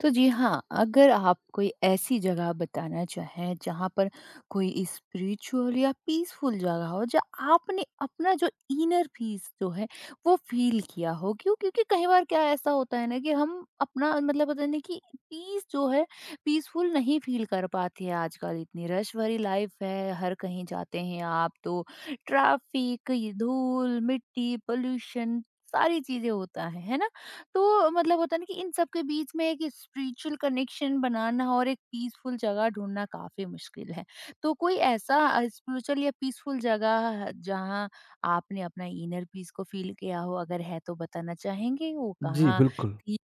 तो जी हाँ, अगर आप कोई ऐसी जगह बताना चाहें जहाँ पर कोई स्पिरिचुअल या पीसफुल जगह हो, जहाँ आपने अपना जो इनर पीस जो है वो फ़ील किया हो, क्यों? क्योंकि कई बार क्या ऐसा होता है ना कि हम अपना मतलब होता है ना कि पीस जो है पीसफुल नहीं फ़ील कर पाते हैं। आजकल इतनी रश भरी लाइफ है, हर कहीं जाते हैं आप तो ट्रैफिक, ये धूल, मिट्टी, पोल्यूशन, सारी चीज़ें होता है ना? तो मतलब होता है ना कि इन सब के बीच में एक स्पिरिचुअल कनेक्शन बनाना और एक पीसफुल जगह ढूंढना काफी मुश्किल है। तो कोई ऐसा स्पिरिचुअल या पीसफुल जगह है जहाँ आपने अपना इनर पीस को फील किया हो? अगर है तो बताना चाहेंगे वो जी, कहाँ बिल्कुल। थी?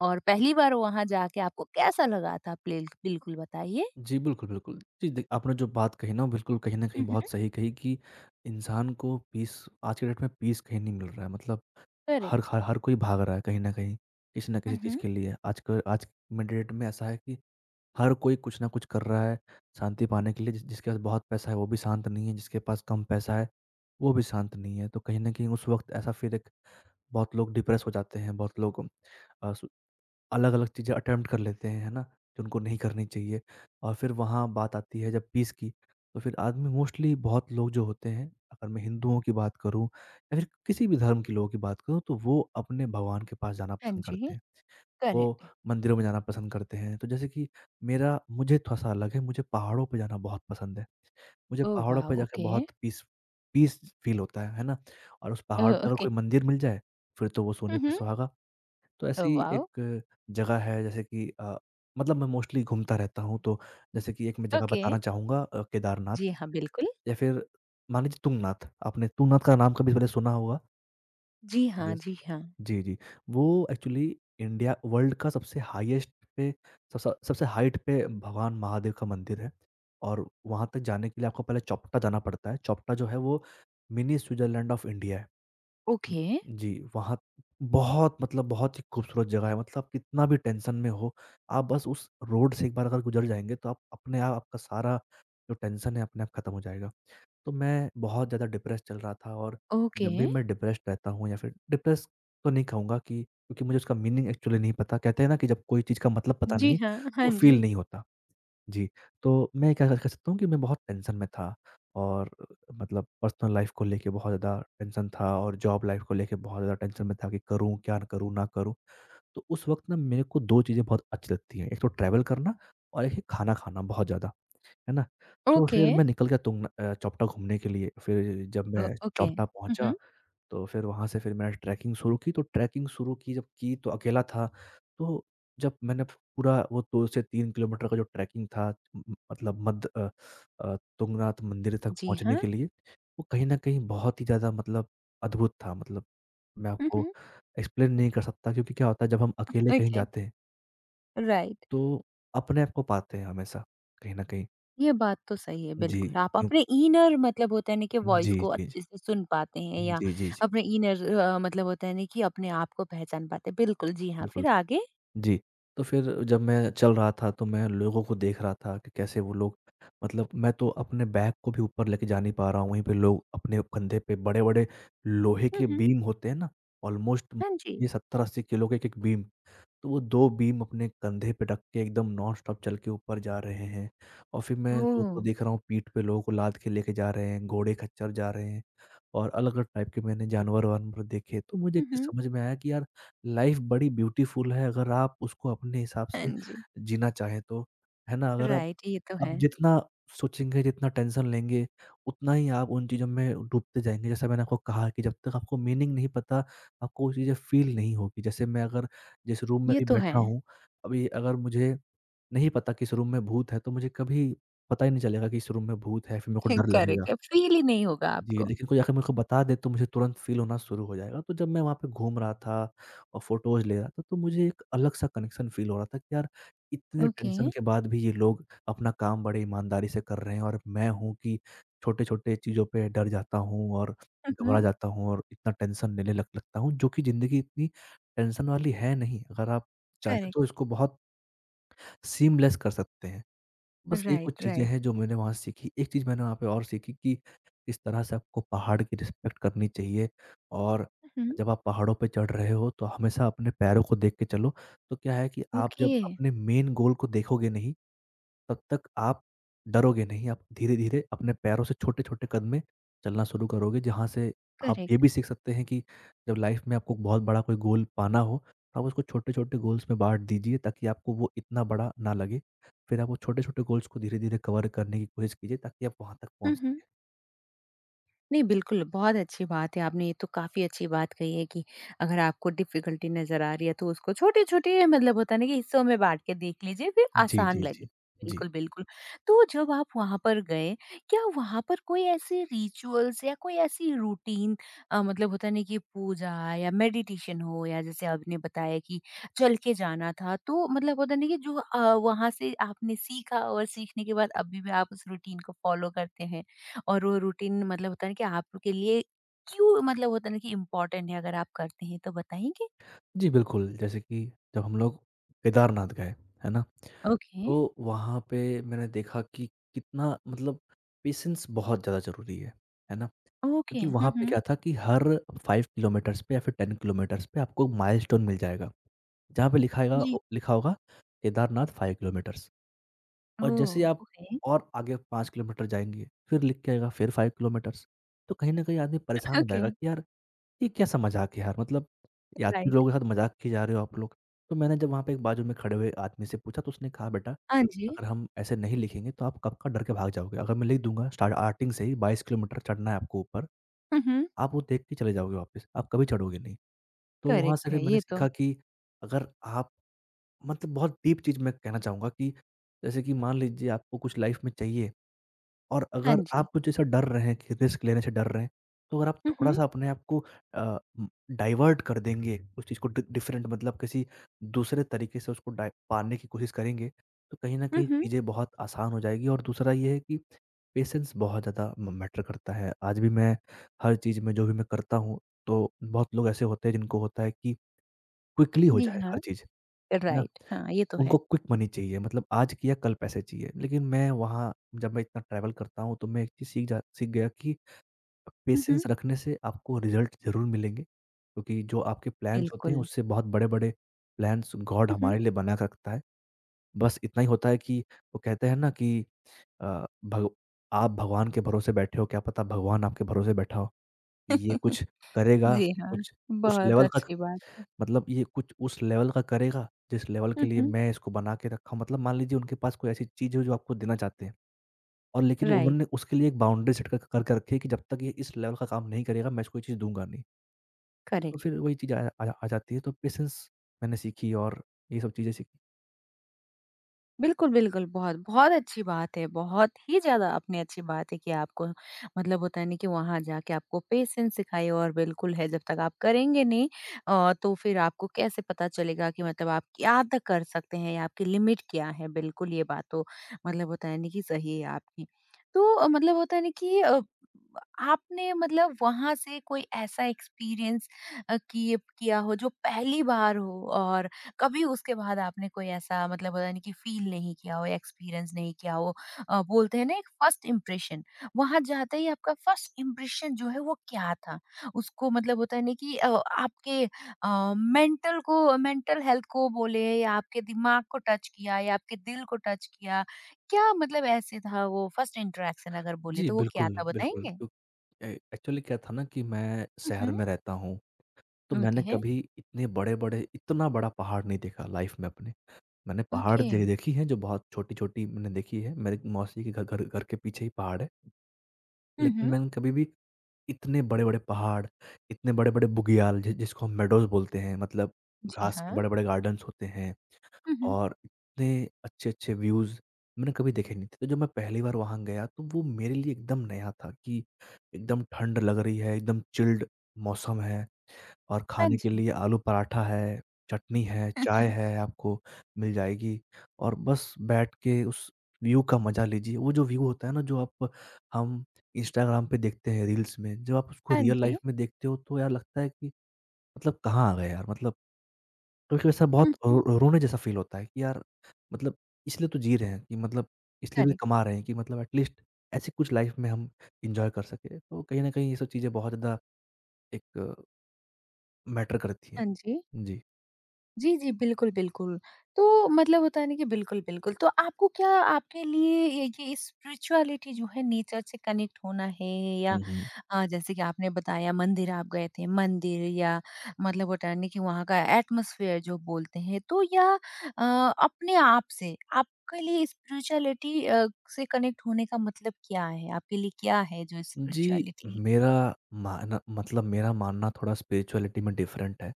और पहली बार वहाँ जाके आपको कैसा लगा था? प्लिल बिल्कुल बताइए। जी, बिल्कुल, बिल्कुल। जी, दे आपने जो बात कही ना, बिल्कुल कहीं न कहीं हुँ, हुँ। बहुत सही कही कि इंसान को पीस, आज के डेट में पीस कहीं नहीं मिल रहा है। मतलब हर करेक्ट। हर हर कोई भाग रहा है कहीं न कहीं, किसी न किसी हुँ, चीज़ हुँ। के लिए। आज में डेट में ऐसा है कि हर कोई कुछ न कुछ कर रहा है शांति पाने के लिए। जिसके पास बहुत पैसा है, वो भी शांत नहीं है, जिसके पास कम पैसा है, वो भी शांत नहीं है। तो कहीं न कहीं उस वक़्त ऐसा फिर एक, बहुत लोग डिप्रेस हो जाते हैं, बहुत लोग अ, अलग-अलग चीज़ें अटेम्प्ट कर लेते हैं, है ना? जो उनको नहीं करनी चाहिए। और फिर वहाँ बात आती है जब पीस की, तो फिर आदमी मोस्टली, बहुत लोग जो होते हैं, अगर मैं हिंदुओं की बात करूँ या फिर किसी भी धर्म के लोगों की बात करूँ, तो वो अपने भगवान के पास जाना हाँ पसंद जी। करते हैं। वो करेक्ट है। मंदिरों में जाना पसंद करते हैं। तो जैसे कि मेरा मुझे थोड़ा-सा अलग है, मुझे पहाड़ों पे जाना बहुत पसंद है। मुझे ओह पहाड़ों वाओ! पे जाके ओके। बहुत पीस पीस फ़ील होता है ना? और उस पहाड़ ओह! पे अगर ओके। कोई मंदिर मिल जाए, फिर तो वो सोने हुँ, पे हुँ। सुहागा। तो ऐसी ओह वाओ! एक जगह है, जैसे कि मतलब मैं मोस्टली घूमता रहता हूँ, तो जैसे कि एक मैं जगह ओके। बताना चाहूँगा, केदारनाथ, जी हाँ, बिल्कुल। या फिर मान लीजिए तुंगनाथ। आपने तुंगनाथ का नाम कभी पहले सुना होगा? जी हाँ, यस। जी हाँ। जी, जी। वो एक्चुअली इंडिया, वर्ल्ड का सबसे हाईएस्ट पे, सबसे सबसे हाइट पे भगवान महादेव का मंदिर है, और वहाँ तक जाने के लिए आपको पहले चोपटा जाना पड़ता है। चोपटा जो है, वो मिनी स्विट्ज़रलैंड ऑफ इंडिया है। ओके, जी, वहाँ बहुत, मतलब बहुत ही खूबसूरत जगह है। मतलब आप कितना भी टेंशन में हो, आप बस उस रोड से एक बार अगर गुज़र जाएँगे, तो आप अपने आप, आपका सारा जो टेंशन है अपने आप खत्म हो जाएगा। तो मैं बहुत ज़्यादा डिप्रेस्ड चल रहा था। और ओके। जब भी मैं डिप्रेस्ड रहता हूँ, या फिर डिप्रेस्ड तो नहीं कहूँगा, कि क्योंकि मुझे उसका मीनिंग एक्चुअली नहीं पता। कहते हैं ना कि जब कोई चीज़ का मतलब पता जी नहीं, हाँ, तो हाँ जी। फील नहीं होता। जी, तो मैं क्या कह सकता हूँ कि मैं बहुत टेंशन में था, और मतलब पर्सनल लाइफ़ को लेके बहुत ज़्यादा टेंशन था, और जॉब लाइफ़ को लेके बहुत ज़्यादा टेंशन में था कि करूँ क्या करूँ, ना करूँ? तो उस वक़्त ना मेरे को 2 चीज़ें बहुत अच्छी लगती हैं, एक तो ट्रैवल करना, और एक है खाना खाना बहुत ज़्यादा, है ना? तो ओके फिर मैं निकल गया चोपटा घूमने के लिए। फिर जब मैं ओके। चोपटा हुँ, पहुँचा, हुँ। तो फिर वहाँ से फिर मैंने ट्रैकिंग शुरू की। तो ट्रैकिंग शुरू की जब, की तो अकेला था। तो जब मैंने पूरा वो 2 से 3 किलोमीटर का जो ट्रैकिंग था, म म मतलब तुंगनाथ मंदिर तक जी पहुँचने हाँ। के लिए, वो कहीं न कहीं बहुत ही ज़्यादा, मतलब अद्भुत था। मतलब मैं हुँ, आपको हुँ। एक्सप्लेन नहीं कर सकता, क्योंकि क्या होता है जब हम अकेले कहीं ओके, जाते हैं, राइट। तो अपने आप को पाते हैं हमेशा, कहीं न कहीं। ये बात तो सही है जी, बिल्कुल। आप क्यों, अपने इनर मतलब होता है ना कि वॉइस जी, जी, को जी। अच्छे से सुन पाते हैं या जी, जी, जी। अपने इनर मतलब होता है ना कि अपने आप को पहचान पाते हैं। बिल्कुल, जी हाँ। बिल्कुल। फिर आगे? जी, तो फिर जब मैं चल रहा था, तो मैं लोगों को देख रहा था कि कैसे वो लोग, मतलब मैं तो अपने बैग को भी ऊपर लेके जा नहीं पा रहा हूँ, वहीं पे लोग अपने कंधे पे बड़े-बड़े लोहे हुँ, के हुँ। बीम होते हैं ना, ऑलमोस्ट हाँ जी। ये 70-80 किलो के 1-1 बीम, तो वो 2 बीम अपने कंधे पे रख के एकदम नॉन स्टॉप चल के ऊपर जा रहे हैं। और फिर मैं लोगों ओह! को देख रहा हूँ, पीठ पे लोगों को लाद के लेके जा रहे हैं, घोड़े खच्चर जा रहे हैं। और अलग-अलग टाइप के मैंने जानवर-वानवर देखे। तो मुझे एक हुँ, चीज़ हुँ। समझ में आया कि यार, लाइफ़ बड़ी ब्यूटीफुल है अगर आप उसको अपने हिसाब हाँ से जी। जीना चाहें तो, है ना? अगर आप, राइट, ये तो आप है। जितना सोचेंगे, जितना टेंशन लेंगे, उतना ही आप उन चीज़ों में डूबते जाएँगे। जैसा मैंने आपको कहा कि जब तक आपको मीनिंग नहीं पता, आपको वो चीज़ें फ़ील नहीं होगी। जैसे मैं, अगर जिस रूम में ये अभी तो है। बैठा हूँ, अभी अगर मुझे नहीं पता कि इस रूम में भूत है, तो मुझे कभी पता ही नहीं चलेगा कि इस रूम में भूत है, फिर मेरे को डर लगेगा। करेक्ट है, फ़ील ही नहीं होगा जी, आपको। लेकिन कोई आके मेरे को बता दे तो मुझे तुरंत फ़ील होना शुरू हो जाएगा। तो जब मैं वहाँ पे घूम रहा था और फ़ोटोज़ ले रहा था, तो मुझे एक अलग-सा कनेक्शन फ़ील हो रहा था कि यार, इतने ओके। टेंशन के बाद भी ये लोग अपना काम बड़े ईमानदारी से कर रहे हैं, और मैं हूँ कि छोटे-छोटे चीज़ों पे डर जाता हूँ, और हुँ, हुँ। घबरा जाता हूँ, और इतना टेंशन लेने लग लगता हूँ, जो कि ज़िंदगी इतनी टेंशन वाली है नहीं। अगर आप चाहें तो करेक्ट। इसको बहुत सीमलेस कर सकते हैं। बस यही कुछ राइट, चीज़ें राइट। हैं जो मैंने वहाँ सीखी। एक चीज़ मैंने वहाँ पे और सीखी कि किस तरह से आपको पहाड़ की रिस्पेक्ट करनी चाहिए, और हुँ, हुँ। जब आप पहाड़ों पे चढ़ रहे हो तो हमेशा अपने पैरों को देख के चलो। तो क्या है कि आप ओके। जब अपने मेन गोल को देखोगे नहीं, तब तक आप डरोगे नहीं, आप धीरे-धीरे अपने पैरों से छोटे-छोटे कदम में चलना शुरू करोगे, जहाँ से आप ये करेक्ट। भी सीख सकते हैं कि जब लाइफ में आपको बहुत बड़ा कोई गोल पाना हो, तो आप उसको छोटे-छोटे गोल्स में बाँट दीजिए, ताकि आपको वो इतना बड़ा ना लगे। फिर आप वो छोटे-छोटे गोल्स को धीरे-धीरे कवर करने की कोशिश कीजिए, ताकि आप वहाँ तक पहुँच हम्म। सकें। नहीं, बिल्कुल, बहुत अच्छी बात है। आपने ये तो काफ़ी अच्छी बात कही है कि अगर आपको डिफ़िकल्टी नज़र आ रही है, तो उसको छोटे-छोटे मतलब होता है ना कि हिस्सों में बाँट के देख लीजिए, फिर जी, आसान जी, लगे। जी। जी। बिल्कुल, बिल्कुल। तो जब आप वहाँ पर गए, क्या वहाँ पर कोई ऐसे रिचुअल्स या कोई ऐसी रूटीन, मतलब होता नहीं कि पूजा या मेडिटेशन हो, या जैसे आपने बताया कि चल के जाना था, तो मतलब होता नहीं कि जो वहाँ से आपने सीखा और सीखने के बाद अभी भी आप उस रूटीन को फ़ॉलो करते हैं? और वो रूटीन मतलब होता है ना कि आपके लिए क्यों मतलब होता है ना कि इम्पोर्टेंट है, अगर आप करते हैं तो बताएंगे? जी, बिल्कुल। जैसे कि जब हम लोग केदारनाथ गए, है ना? ओके, तो वहाँ पे मैंने देखा कि कितना, मतलब पेशेंस बहुत ज़्यादा ज़रूरी है ना? ओके। क्योंकि वहाँ हुँ, पे हुँ। क्या था कि हर 5 किलोमीटर्स पे या फिर 10 किलोमीटर्स पे आपको माइलस्टोन मिल जाएगा। जहाँ पे जी। लिखा होगा, केदारनाथ 5 किलोमीटर्स। और ओह! जैसे ही आप ओके। और आगे 5 किलोमीटर जाएँगे, फिर लिख के आएगा फिर 5 किलोमीटर्स। तो कहीं न कहीं आदमी परेशान हो ओके, जाएगा कि यार, ये कैसा मज़ाक है यार? मतलब यात्री राइट। लोगों के साथ मज़ाक किए जा रहे हो आप लोग। तो मैंने जब वहाँ पे एक बाजू में खड़े हुए आदमी से पूछा, तो उसने कहा, बेटा, हाँ जी। अगर हम ऐसे नहीं लिखेंगे तो आप कब का डर के भाग जाओगे। अगर मैं लिख दूँगा स्टार्ट आर्टिंग से ही 22 किलोमीटर चढ़ना है आपको ऊपर, हुँ, हुँ। आप वो देख के चले जाओगे वापस, आप कभी चढ़ोगे नहीं। तो वहाँ से करेक्ट फिर है मैंने ये तो। सीखा कि अगर आप, मतलब बहुत डीप चीज़ मैं कहना चाहूँगा कि जैसे कि, मान लीजिए आपको कुछ लाइफ़ में चाहिए, और हाँ अगर जी। आप कुछ ऐसा डर रहे हैं कि रिस्क लेने से डर रहे हैं, तो अगर आप हुँ, हुँ। थोड़ा-सा अपने आप को अ, उम, डाइवर्ट कर देंगे, उस चीज़ को डि डिफरेंट मतलब किसी दूसरे तरीके से उसको डा पाने की कोशिश करेंगे, तो कहीं न हुँ, कहीं हुँ। चीज़ें बहुत आसान हो जाएगी, और दूसरा ये है कि पेशेंस बहुत ज़्यादा म मैटर करता है। आज भी मैं हर चीज़ में जो भी मैं करता हूँ, तो बहुत लोग ऐसे होते हैं जिनको होता है कि क्विकली हो जी जाए हाँ, हर चीज़, है ना? राइट। हाँ, ये तो उनको है। क्विक मनी चाहिए, मतलब आज किया कल पैसे चाहिए। लेकिन मैं वहाँ, जब मैं इतना ट्रैवल करता हूँ, तो मैं एक चीज़ सीख गया कि हुँ, पेशेंस हुँ। रखने से आपको रिज़ल्ट ज़रूर मिलेंगे। क्योंकि जो आपके प्लान्स होते हैं बिल्कुल। उससे बहुत बड़े-बड़े प्लान्स गॉड हुँ, हुँ। हमारे लिए बना के रखता है। बस इतना ही होता है कि वो कहते हैं ना कि, अ, भग आप भगवान के भरोसे बैठे हो, क्या पता भगवान आपके भरोसे बैठा हो। ये कुछ करेगा, जी हाँ, कुछ उस बहुत लेवल का, अच्छी बात है। मतलब ये कुछ उस लेवल का करेगा, जिस लेवल के हुँ, लिए हुँ। मैं इसको बना के रखा हूँ। मतलब मान लीजिए उनके पास कोई ऐसी चीज़ है जो आपको देना चाहते हैं, और लेकिन राइट, उन्होंने उसके लिए एक बाउंड्री सेट कर कर के रखी है कि जब तक ये इस लेवल का काम नहीं करेगा, मैं इसको ये चीज़ दूँगा नहीं। तो करेक्ट। फिर वही चीज़ आ आ आ जाती है, तो पेशेंस मैंने सीखी, और ये सब चीज़ें सीखी। बिल्कुल, बिल्कुल। बहुत, बहुत अच्छी बात है, बहुत ही ज़्यादा अपनी अच्छी बात है कि आपको मतलब होता है ना कि वहाँ जाके आपको पेशेंस सिखाई, और बिल्कुल है, जब तक आप करेंगे नहीं तो फिर आपको कैसे पता चलेगा कि मतलब आप क्या तक कर सकते हैं या आपकी लिमिट क्या है? बिल्कुल, ये बात तो मतलब होता है ना कि सही है आपकी। तो मतलब होता है ना कि आपने मतलब वहाँ से कोई ऐसा एक्सपीरियंस किए किया हो जो पहली बार हो, और कभी उसके बाद आपने कोई ऐसा मतलब पता नहीं कि फील नहीं किया हो, एक्सपीरियंस नहीं किया हो। बोलते हैं ना एक फर्स्ट इम्प्रेशन, वहां जाते ही आपका फर्स्ट इम्प्रेशन जो है वो क्या था, उसको मतलब होता है ना कि आपके मेंटल को, मेंटल हेल्थ को बोले, या आपके दिमाग को टच किया या आपके दिल को टच किया, क्या मतलब ऐसे था वो फर्स्ट इंटरेक्शन? अगर बोले जी, तो वो क्या बिल्कुल, था, बिल्कुल। बताएंगे? क्यों ए एक्चुअली क्या था ना कि मैं शहर हम्म। में रहता हूँ, तो ओके मैंने है। कभी इतने बड़े-बड़े इतना बड़ा पहाड़ नहीं देखा लाइफ़ में अपने। मैंने पहाड़ ओके। दे देखी हैं जो बहुत छोटी-छोटी मैंने देखी है। मेरे मौसी के घ घर घर के पीछे ही पहाड़ है। लेकिन हम्म। मैंने कभी भी इतने बड़े-बड़े पहाड़, इतने बड़े-बड़े बुग्याल जि जिसको हम मेडोज़ बोलते हैं, मतलब जी घास के हाँ। बड़े-बड़े गार्डन्स होते हैं, हम्म। और इतने अच्छे-अच्छे व्यूज़ मैंने कभी देखे नहीं थे। तो जब मैं पहली बार वहाँ गया तो वो मेरे लिए एकदम नया था कि एकदम ठंड लग रही है, एकदम चिल्ड मौसम है। और हाँ खाने के जी। लिए आलू पराठा है, चटनी है, चाय है आपको मिल जाएगी और बस बैठ के उस व्यू का मज़ा लीजिए। वो जो व्यू होता है ना जो आप हम इंस्टाग्राम पे देखते हैं रील्स में, जब आप उसको हाँ रियल लाइफ़ जी। में देखते हो तो यार लगता है कि मतलब कहाँ आ गए यार मतलब क्योंकि ऐसा बहुत हम्म। रो रोने जैसा फ़ील होता है कि यार मतलब इसलिए तो जी रहे हैं कि मतलब इसलिए भी करेक्ट। कमा रहे हैं कि मतलब एट लीस्ट ऐसी कुछ लाइफ़ में हम एन्जॉय कर सकें। तो कहीं न कहीं ये सब चीज़ें बहुत ज़्यादा एक मैटर करती हैं। हाँ जी। जी। जी, जी, बिल्कुल, बिल्कुल। तो मतलब होता है ना कि बिल्कुल, बिल्कुल। तो आपको क्या, आपके लिए ये स्पिरिचुअलिटी जो है नेचर से कनेक्ट होना है या हुँ, हुँ। जैसे कि आपने बताया मंदिर आप गए थे, मंदिर या मतलब होता है ना कि वहाँ का एटमॉस्फेयर जो बोलते हैं, तो या अपने आप से, आपके लिए स्पिरिचुअलिटी से कनेक्ट होने का मतलब क्या है? आपके लिए क्या है जो जी, स्पिरिचुअलिटी है? मेरा माना मतलब मेरा मानना थोड़ा स्पिरिचुअलिटी में डिफरेंट है।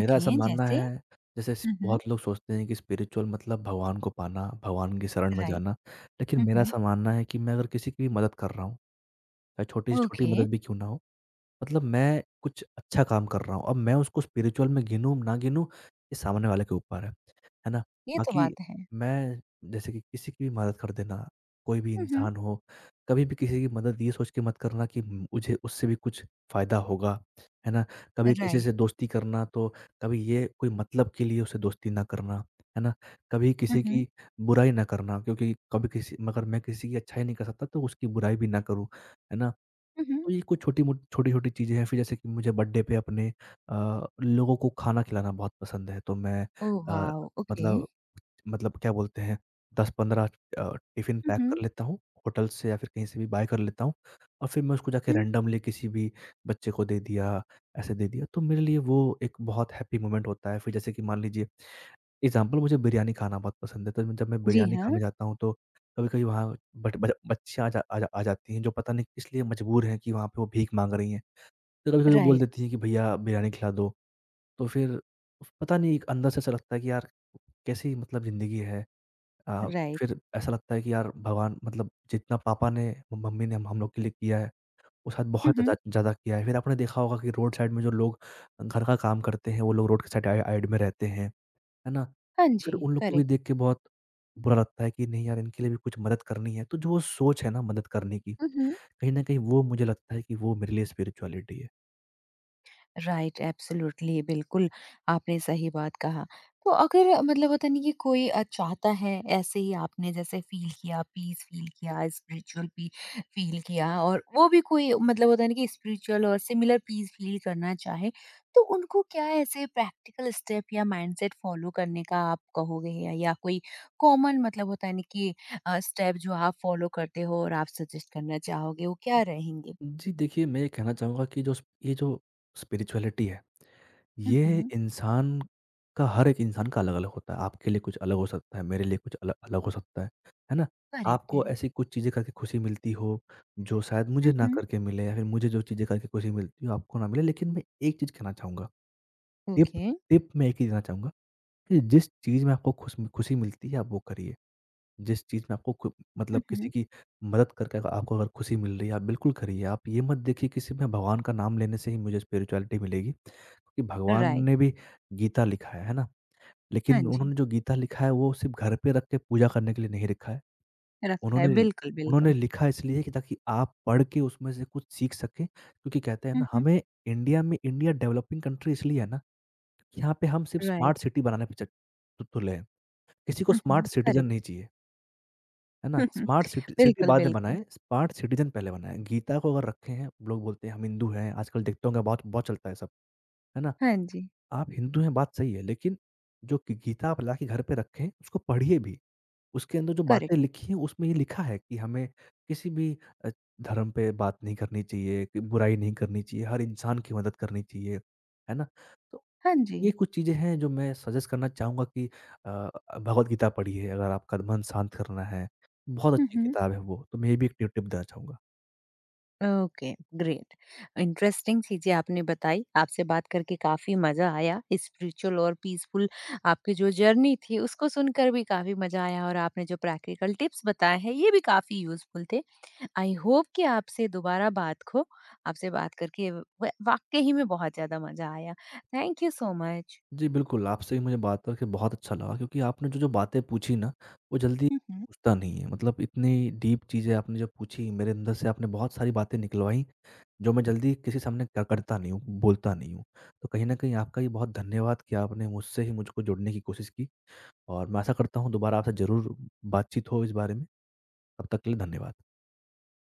मेरा ऐसा मानना जैसे? है जैसे स हुँ, हुँ। बहुत लोग सोचते हैं कि स्पिरिचुअल मतलब भगवान को पाना, भगवान की शरण में राइट। जाना। लेकिन हुँ, मेरा हुँ। ऐसा मानना है कि मैं अगर किसी की भी मदद कर रहा हूँ, चाहे छोटी से छोटी ओके, मदद भी क्यों ना हो, मतलब मैं कुछ अच्छा काम कर रहा हूँ। अब मैं उसको स्पिरिचुअल में गिनूँ, ना गिनूँ, ये सामने वाले के ऊपर है। है ना? ये तो बाकी बात है। मैं जैसे कि किसी की भी मदद कर देना, कोई भी हुँ, इंसान हो, कभी भी किसी की मदद ये सोच के मत करना कि मुझे उससे भी कुछ फ़ायदा होगा। है ना? कभी किसी राइट। से दोस्ती करना तो कभी ये कोई मतलब के लिए उससे दोस्ती ना करना। है ना? कभी किसी हुँ। की बुराई ना करना क्योंकि कभी किसी मगर मैं किसी की अच्छाई नहीं कर सकता तो उसकी बुराई भी ना करूँ। है ना? हुँ, हुँ, हुँ। तो ये कुछ छोटी-छोटी चीज़ें हैं, फिर जैसे कि मुझे बर्थडे पे अपने लोगों को खाना खिलाना बहुत पसंद है, तो मैं ओह अ, वाओ! ओके। मतलब मतलब क्या बोलते हैं 10-15 टिफ़िन हुँ, पैक हुँ, कर लेता हूँ, होटल से या फिर कहीं से भी बाय कर लेता हूँ और फिर मैं उसको जाके हुँ। रैंडमली किसी भी बच्चे को दे दिया, ऐसे दे दिया, तो मेरे लिए वो एक बहुत हैप्पी मोमेंट होता है। फिर जैसे कि मान लीजिए एग्ज़ाम्पल मुझे बिरयानी खाना बहुत पसंद है, तो जब मैं जी बिरयानी खाने हाँ, जाता हूँ तो कभी-कभी वहाँ बट बच बच्चियाँ आ जाती हैं जो पता नहीं किस लिए मजबूर हैं कि वहाँ पे वो भीख माँग रही हैं। तो कभी-कभी वो बोल राइट, देती हैं कि भैया बिरयानी खिला दो, तो फिर पता नहीं एक अंदर से ऐसा लगता है कि यार कैसी मतलब ज़िंदगी है। अ, राइट। फिर ऐसा लगता है कि यार भगवान मतलब जितना पापा ने, मम्मी ने हम लोग के लिए किया है, वो शायद हुँ, बहुत ज़्यादा हुँ। ज़्यादा किया है। फिर आपने देखा होगा कि रोड साइड में जो लोग घर का काम करते हैं, वो लोग रोड के साइड में रहते हैं। है ना? हाँ फिर जी, उन लोग को भी करेक्ट। देख के बहुत बुरा लगता है कि नहीं यार इनके लिए भी कुछ मदद करनी है। तो जो वो सोच है ना मदद करने की, हुँ, हुँ। कहीं न कहीं वो मुझे लगता है कि वो मेरे लिए स्पिरिचुअलिटी है। राइट, एब्सोल्युटली, बिल्कुल। आपने सही बात कहा। तो अगर मतलब होता नहीं कि कोई चाहता है ऐसे ही, आपने जैसे फील किया, पीस फील किया, स्पिरिचुअल भी फील किया, और वो भी कोई मतलब होता नहीं कि स्पिरिचुअल और सिमिलर पीस फील करना चाहे, तो उनको क्या ऐसे प्रैक्टिकल स्टेप या माइंडसेट फॉलो करने का आप कहोगे, या कोई कॉमन मतलब होता नहीं कि स्टेप जो आप फॉलो करते हो और आप सजेस्ट करना चाहोगे, वो क्या रहेंगे? जी देखिए, मैं ये कहना चाहूँगा कि जो स ये जो स्पिरिचुअलिटी है, ये हम्म। इंसान का हर एक इंसान का अलग-अलग होता है। आपके लिए कुछ अलग हो सकता है, मेरे लिए कुछ अलग अलग हो सकता है। है ना? करेक्ट है। आपको ऐसी कुछ चीज़ें करके खुशी मिलती हो, जो शायद मुझे ना हम्म। करके मिले या फिर मुझे जो चीज़ें करके खुशी मिलती हो, आपको ना मिले। लेकिन मैं एक चीज़ कहना चाहूँगा टिप ओके। टिप मैं एक ही देना चाहूँगा कि जिस चीज़ में आपको खुशी मिलती है आप वो करिए। जिस चीज़ में आपको खु मतलब हुँ, किसी हुँ। की मदद करके अगर आपको अगर खुशी मिल रही है आप बिल्कुल करिए। आप ये मत देखिए किसी में भगवान का नाम लेने से ही मुझे स्पिरिचुअलिटी मिलेगी। क्योंकि भगवान राइट। ने भी गीता लिखा है ना? हाँ लेकिन जी, उन्होंने जो गीता लिखा है वो सिर्फ़ घर पे रख के पूजा करने के लिए नहीं लिखा है। रखा है, उन्होंने बिल्कुल, उन्होंने बिल्कुल। लिखा इसलिए कि ताकि आप पढ़ के उसमें से कुछ सीख सकें। क्योंकि कहते हैं हुँ, ना हुँ। हमें इंडिया में इंडिया डेवलपिंग कंट्री इसलिए है ना यहाँ पे हम सिर्फ़ स्मार्ट राइट, सिटी बनाने पे चत तुतुल हैं। किसी को हुँ, स्मार्ट हुँ, सिटीज़न करेक्ट, नहीं चाहिए, है ना? हुँ, हुँ, स्मार्ट सिटी सिटी बिल्कुल, बाद में बिल्कुल, बनाएँ, स्मार्ट सिटीज़न पहले बनाएँ। गीता को अगर रखे हैं, लोग बोलते हैं हम हिंदू हैं, आजकल देखते होंगे बहुत बहुत चलता है सब, है ना? हाँ जी, आप हिंदू हैं बात सही है, लेकिन जो गी गीता आप ला के घर पे रखें, उसको पढ़िए भी। उसके अंदर जो बातें करेक्ट, लिखी हैं, उसमें ये लिखा है कि हमें किसी भी अ, धर्म पे बात नहीं करनी चाहिए, कि बुराई नहीं करनी चाहिए, हर इंसान की मदद करनी चाहिए, है ना? तो हाँ जी। ये कुछ चीज़ें हैं जो मैं सजेस्ट करना चाहूँगा कि अ, भगवत गीता पढ़िए अगर आपका मन शांत करना है। बहुत हुँ, अच्छी हुँ। किताब है वो, तो मैं ये भी एक टिप टिप देना चाहूँगा। ओके, ग्रेट, इंटरेस्टिंग चीज़ें आपने बताई, आपसे बात करके काफ़ी मज़ा आया। स्पिरिचुअल और पीसफुल आपकी जो जर्नी थी उसको सुनकर भी काफ़ी मज़ा आया, और आपने जो प्रैक्टिकल टिप्स बताए हैं ये भी काफ़ी यूज़फुल थे। आई होप कि आपसे दोबारा बात हो। आपसे बात करके वाकई ही में बहुत ज्यादा मजा आया। Thank you so much. जी बिल्कुल, आपसे भी मुझे बात करके बहुत अच्छा लगा क्योंकि आपने जो-जो बातें पूछी ना, वो जल्दी हम्म। पूछता नहीं है। मतलब इतनी डीप चीज़ें आपने जो पूछी, मेरे अंदर से आपने बहुत सारी बातें निकलवाई, जो मैं जल्दी किसी सामने क करता नहीं हूँ, बोलता नहीं हूँ। तो कहीं न कहीं आपका ये बहुत धन्यवाद कि आपने मुझसे ही मुझको जुड़ने की कोशिश की और मैं आशा करता हूँ दोबारा आपसे ज़रूर बातचीत हो इस बारे में। तब तक के लिए धन्यवाद।